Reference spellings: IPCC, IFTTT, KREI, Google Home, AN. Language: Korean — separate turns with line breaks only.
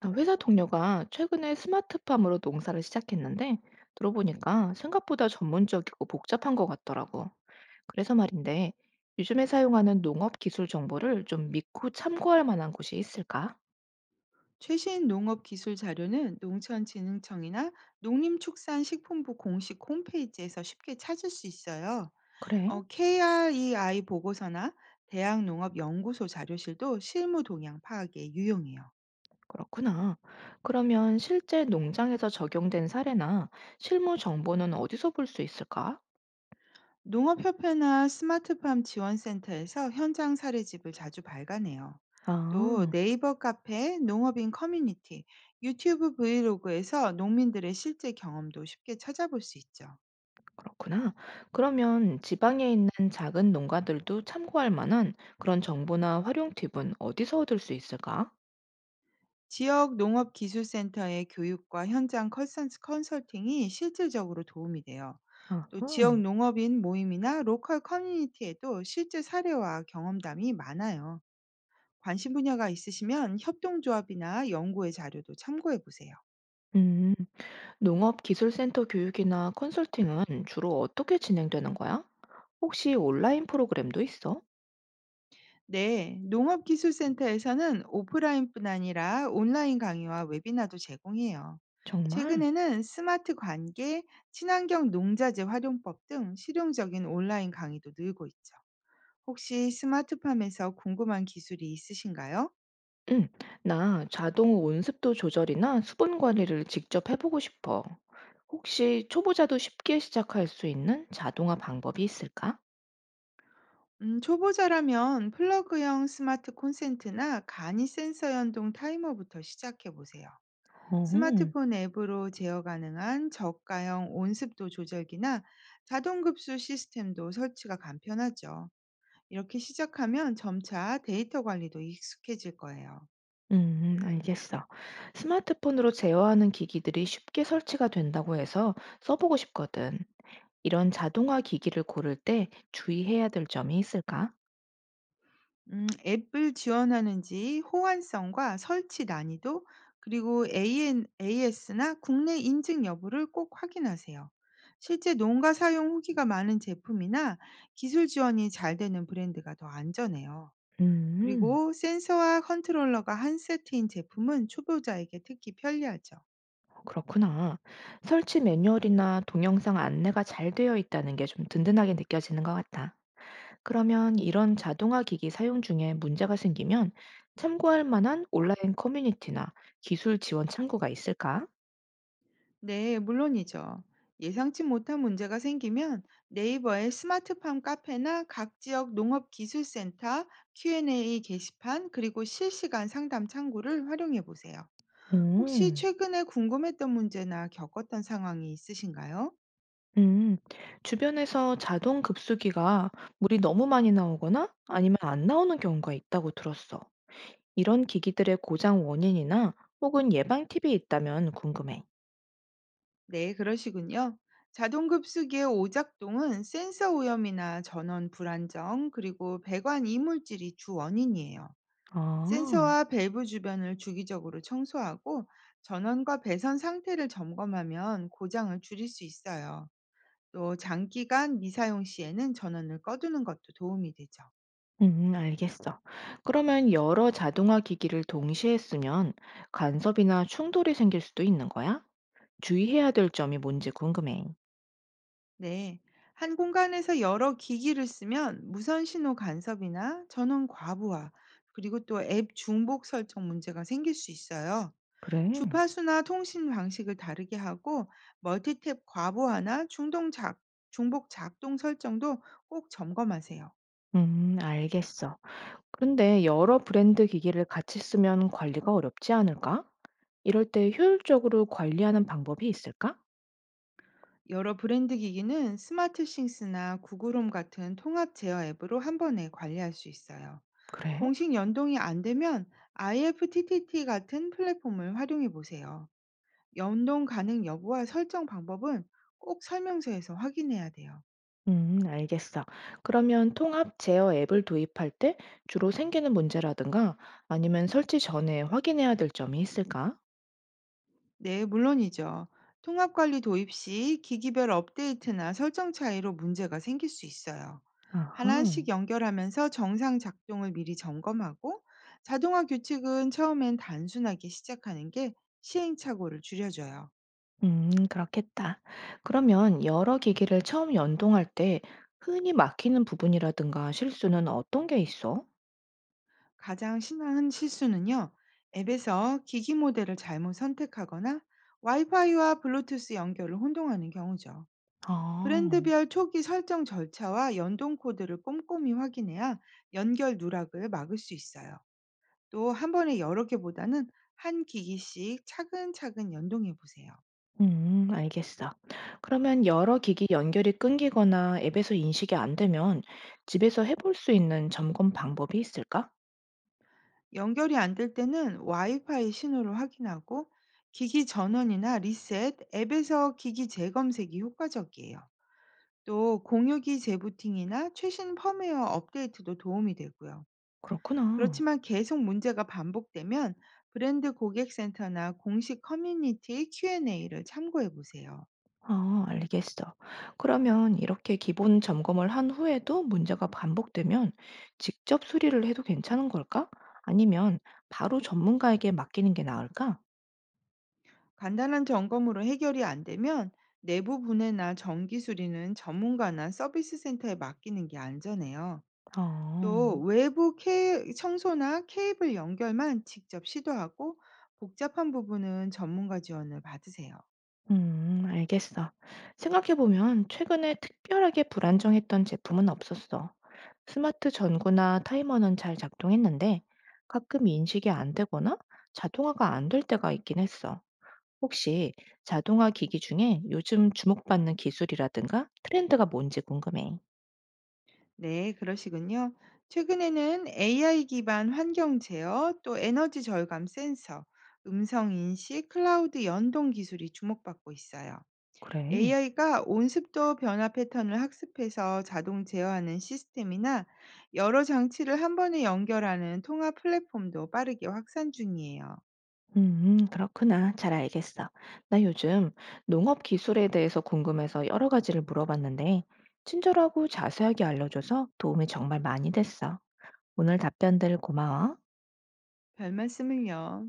아, 회사 동료가 최근에 스마트팜으로 농사를 시작했는데 들어보니까 생각보다 전문적이고 복잡한 것 같더라고. 그래서 말인데 요즘에 사용하는 농업 기술 정보를 좀 믿고 참고할 만한 곳이 있을까?
최신 농업 기술 자료는 농촌진흥청이나 농림축산식품부 공식 홈페이지에서 쉽게 찾을 수 있어요.
그래,
KREI 보고서나 대학농업연구소 자료실도 실무 동향 파악에 유용해요.
그렇구나. 그러면 실제 농장에서 적용된 사례나 실무 정보는 어디서 볼 수 있을까?
농업협회나 스마트팜 지원센터에서 현장 사례집을 자주 발간해요. 또
아,
네이버 카페, 농업인 커뮤니티, 유튜브 브이로그에서 농민들의 실제 경험도 쉽게 찾아볼 수 있죠.
그렇구나. 그러면 지방에 있는 작은 농가들도 참고할 만한 그런 정보나 활용 팁은 어디서 얻을 수 있을까?
지역 농업기술센터의 교육과 현장 컨설팅이 실질적으로 도움이 돼요. 또 지역
아하.
농업인 모임이나 로컬 커뮤니티에도 실제 사례와 경험담이 많아요. 관심 분야가 있으시면 협동조합이나 연구의 자료도 참고해 보세요.
음, 농업기술센터 교육이나 컨설팅은 주로 어떻게 진행되는 거야? 혹시 온라인 프로그램도 있어?
네, 농업기술센터에서는 오프라인뿐 아니라 온라인 강의와 웨비나도 제공해요.
정말?
최근에는 스마트 관계, 친환경 농자재 활용법 등 실용적인 온라인 강의도 늘고 있죠. 혹시 스마트팜에서 궁금한 기술이 있으신가요?
응, 나 자동 온습도 조절이나 수분 관리를 직접 해보고 싶어. 혹시 초보자도 쉽게 시작할 수 있는 자동화 방법이 있을까?
초보자라면 플러그형 스마트 콘센트나 간이 센서 연동 타이머부터 시작해 보세요.
어흥.
스마트폰 앱으로 제어 가능한 저가형 온습도 조절기나 자동급수 시스템도 설치가 간편하죠. 이렇게 시작하면 점차 데이터 관리도 익숙해질 거예요.
알겠어. 스마트폰으로 제어하는 기기들이 쉽게 설치가 된다고 해서 써보고 싶거든. 이런 자동화 기기를 고를 때 주의해야 될 점이 있을까?
앱을 지원하는지 호환성과 설치 난이도, 그리고 AS나 국내 인증 여부를 꼭 확인하세요. 실제 농가 사용 후기가 많은 제품이나 기술 지원이 잘 되는 브랜드가 더 안전해요.
음,
그리고 센서와 컨트롤러가 한 세트인 제품은 초보자에게 특히 편리하죠.
그렇구나. 설치 매뉴얼이나 동영상 안내가 잘 되어 있다는 게 좀 든든하게 느껴지는 것 같아. 그러면 이런 자동화 기기 사용 중에 문제가 생기면 참고할 만한 온라인 커뮤니티나 기술 지원 창구가 있을까?
네, 물론이죠. 예상치 못한 문제가 생기면 네이버의 스마트팜 카페나 각 지역 농업기술센터 Q&A 게시판 그리고 실시간 상담 창구를 활용해 보세요. 혹시
음.
최근에 궁금했던 문제나 겪었던 상황이 있으신가요?
음, 주변에서 자동 급수기가 물이 너무 많이 나오거나 아니면 안 나오는 경우가 있다고 들었어. 이런 기기들의 고장 원인이나 혹은 예방 팁이 있다면 궁금해.
네, 그러시군요. 자동급수기의 오작동은 센서 오염이나 전원 불안정 그리고 배관 이물질이 주 원인이에요.
아,
센서와 밸브 주변을 주기적으로 청소하고 전원과 배선 상태를 점검하면 고장을 줄일 수 있어요. 또 장기간 미사용 시에는 전원을 꺼두는 것도 도움이 되죠.
알겠어. 그러면 여러 자동화 기기를 동시에 쓰면 간섭이나 충돌이 생길 수도 있는 거야? 주의해야 될 점이 뭔지 궁금해.
네. 한 공간에서 여러 기기를 쓰면 무선 신호 간섭이나 전원 과부하, 그리고 또 앱 중복 설정 문제가 생길 수 있어요.
그래.
주파수나 통신 방식을 다르게 하고 멀티탭 과부하나 중복 작동 설정도 꼭 점검하세요.
알겠어. 그런데 여러 브랜드 기기를 같이 쓰면 관리가 어렵지 않을까? 이럴 때 효율적으로 관리하는 방법이 있을까?
여러 브랜드 기기는 스마트 싱스나 구글홈 같은 통합 제어 앱으로 한 번에 관리할 수 있어요.
그래?
공식 연동이 안 되면 IFTTT 같은 플랫폼을 활용해 보세요. 연동 가능 여부와 설정 방법은 꼭 설명서에서 확인해야 돼요.
알겠어. 그러면 통합 제어 앱을 도입할 때 주로 생기는 문제라든가 아니면 설치 전에 확인해야 될 점이 있을까?
네, 물론이죠. 통합관리 도입 시 기기별 업데이트나 설정 차이로 문제가 생길 수 있어요.
아하.
하나씩 연결하면서 정상 작동을 미리 점검하고 자동화 규칙은 처음엔 단순하게 시작하는 게 시행착오를 줄여줘요.
그렇겠다. 그러면 여러 기기를 처음 연동할 때 흔히 막히는 부분이라든가 실수는 어떤 게 있어?
가장 심한 실수는요, 앱에서 기기 모델을 잘못 선택하거나 와이파이와 블루투스 연결을 혼동하는 경우죠.
아.
브랜드별 초기 설정 절차와 연동 코드를 꼼꼼히 확인해야 연결 누락을 막을 수 있어요. 또 한 번에 여러 개보다는 한 기기씩 차근차근 연동해 보세요.
알겠어. 그러면 여러 기기 연결이 끊기거나 앱에서 인식이 안 되면 집에서 해볼 수 있는 점검 방법이 있을까?
연결이 안 될 때는 와이파이 신호를 확인하고 기기 전원이나 리셋, 앱에서 기기 재검색이 효과적이에요. 또 공유기 재부팅이나 최신 펌웨어 업데이트도 도움이 되고요.
그렇구나.
그렇지만 계속 문제가 반복되면 브랜드 고객센터나 공식 커뮤니티 Q&A를 참고해 보세요.
아, 알겠어. 그러면 이렇게 기본 점검을 한 후에도 문제가 반복되면 직접 수리를 해도 괜찮은 걸까? 아니면 바로 전문가에게 맡기는 게 나을까?
간단한 점검으로 해결이 안 되면 내부 분해나 정기 수리는 전문가나 서비스 센터에 맡기는 게 안전해요. 또
어.
외부 청소나 케이블 연결만 직접 시도하고 복잡한 부분은 전문가 지원을 받으세요.
알겠어. 생각해보면 최근에 특별하게 불안정했던 제품은 없었어. 스마트 전구나 타이머는 잘 작동했는데 가끔 인식이 안 되거나 자동화가 안될 때가 있긴 했어. 혹시 자동화 기기 중에 요즘 주목받는 기술이라든가 트렌드가 뭔지 궁금해.
네, 그러시군요. 최근에는 AI 기반 환경 제어, 또 에너지 절감 센서, 음성 인식, 클라우드 연동 기술이 주목받고 있어요.
그래.
AI가 온습도 변화 패턴을 학습해서 자동 제어하는 시스템이나 여러 장치를 한 번에 연결하는 통합 플랫폼도 빠르게 확산 중이에요.
그렇구나. 잘 알겠어. 나 요즘 농업 기술에 대해서 궁금해서 여러 가지를 물어봤는데, 친절하고 자세하게 알려줘서 도움이 정말 많이 됐어. 오늘 답변들 고마워.
별 말씀을요.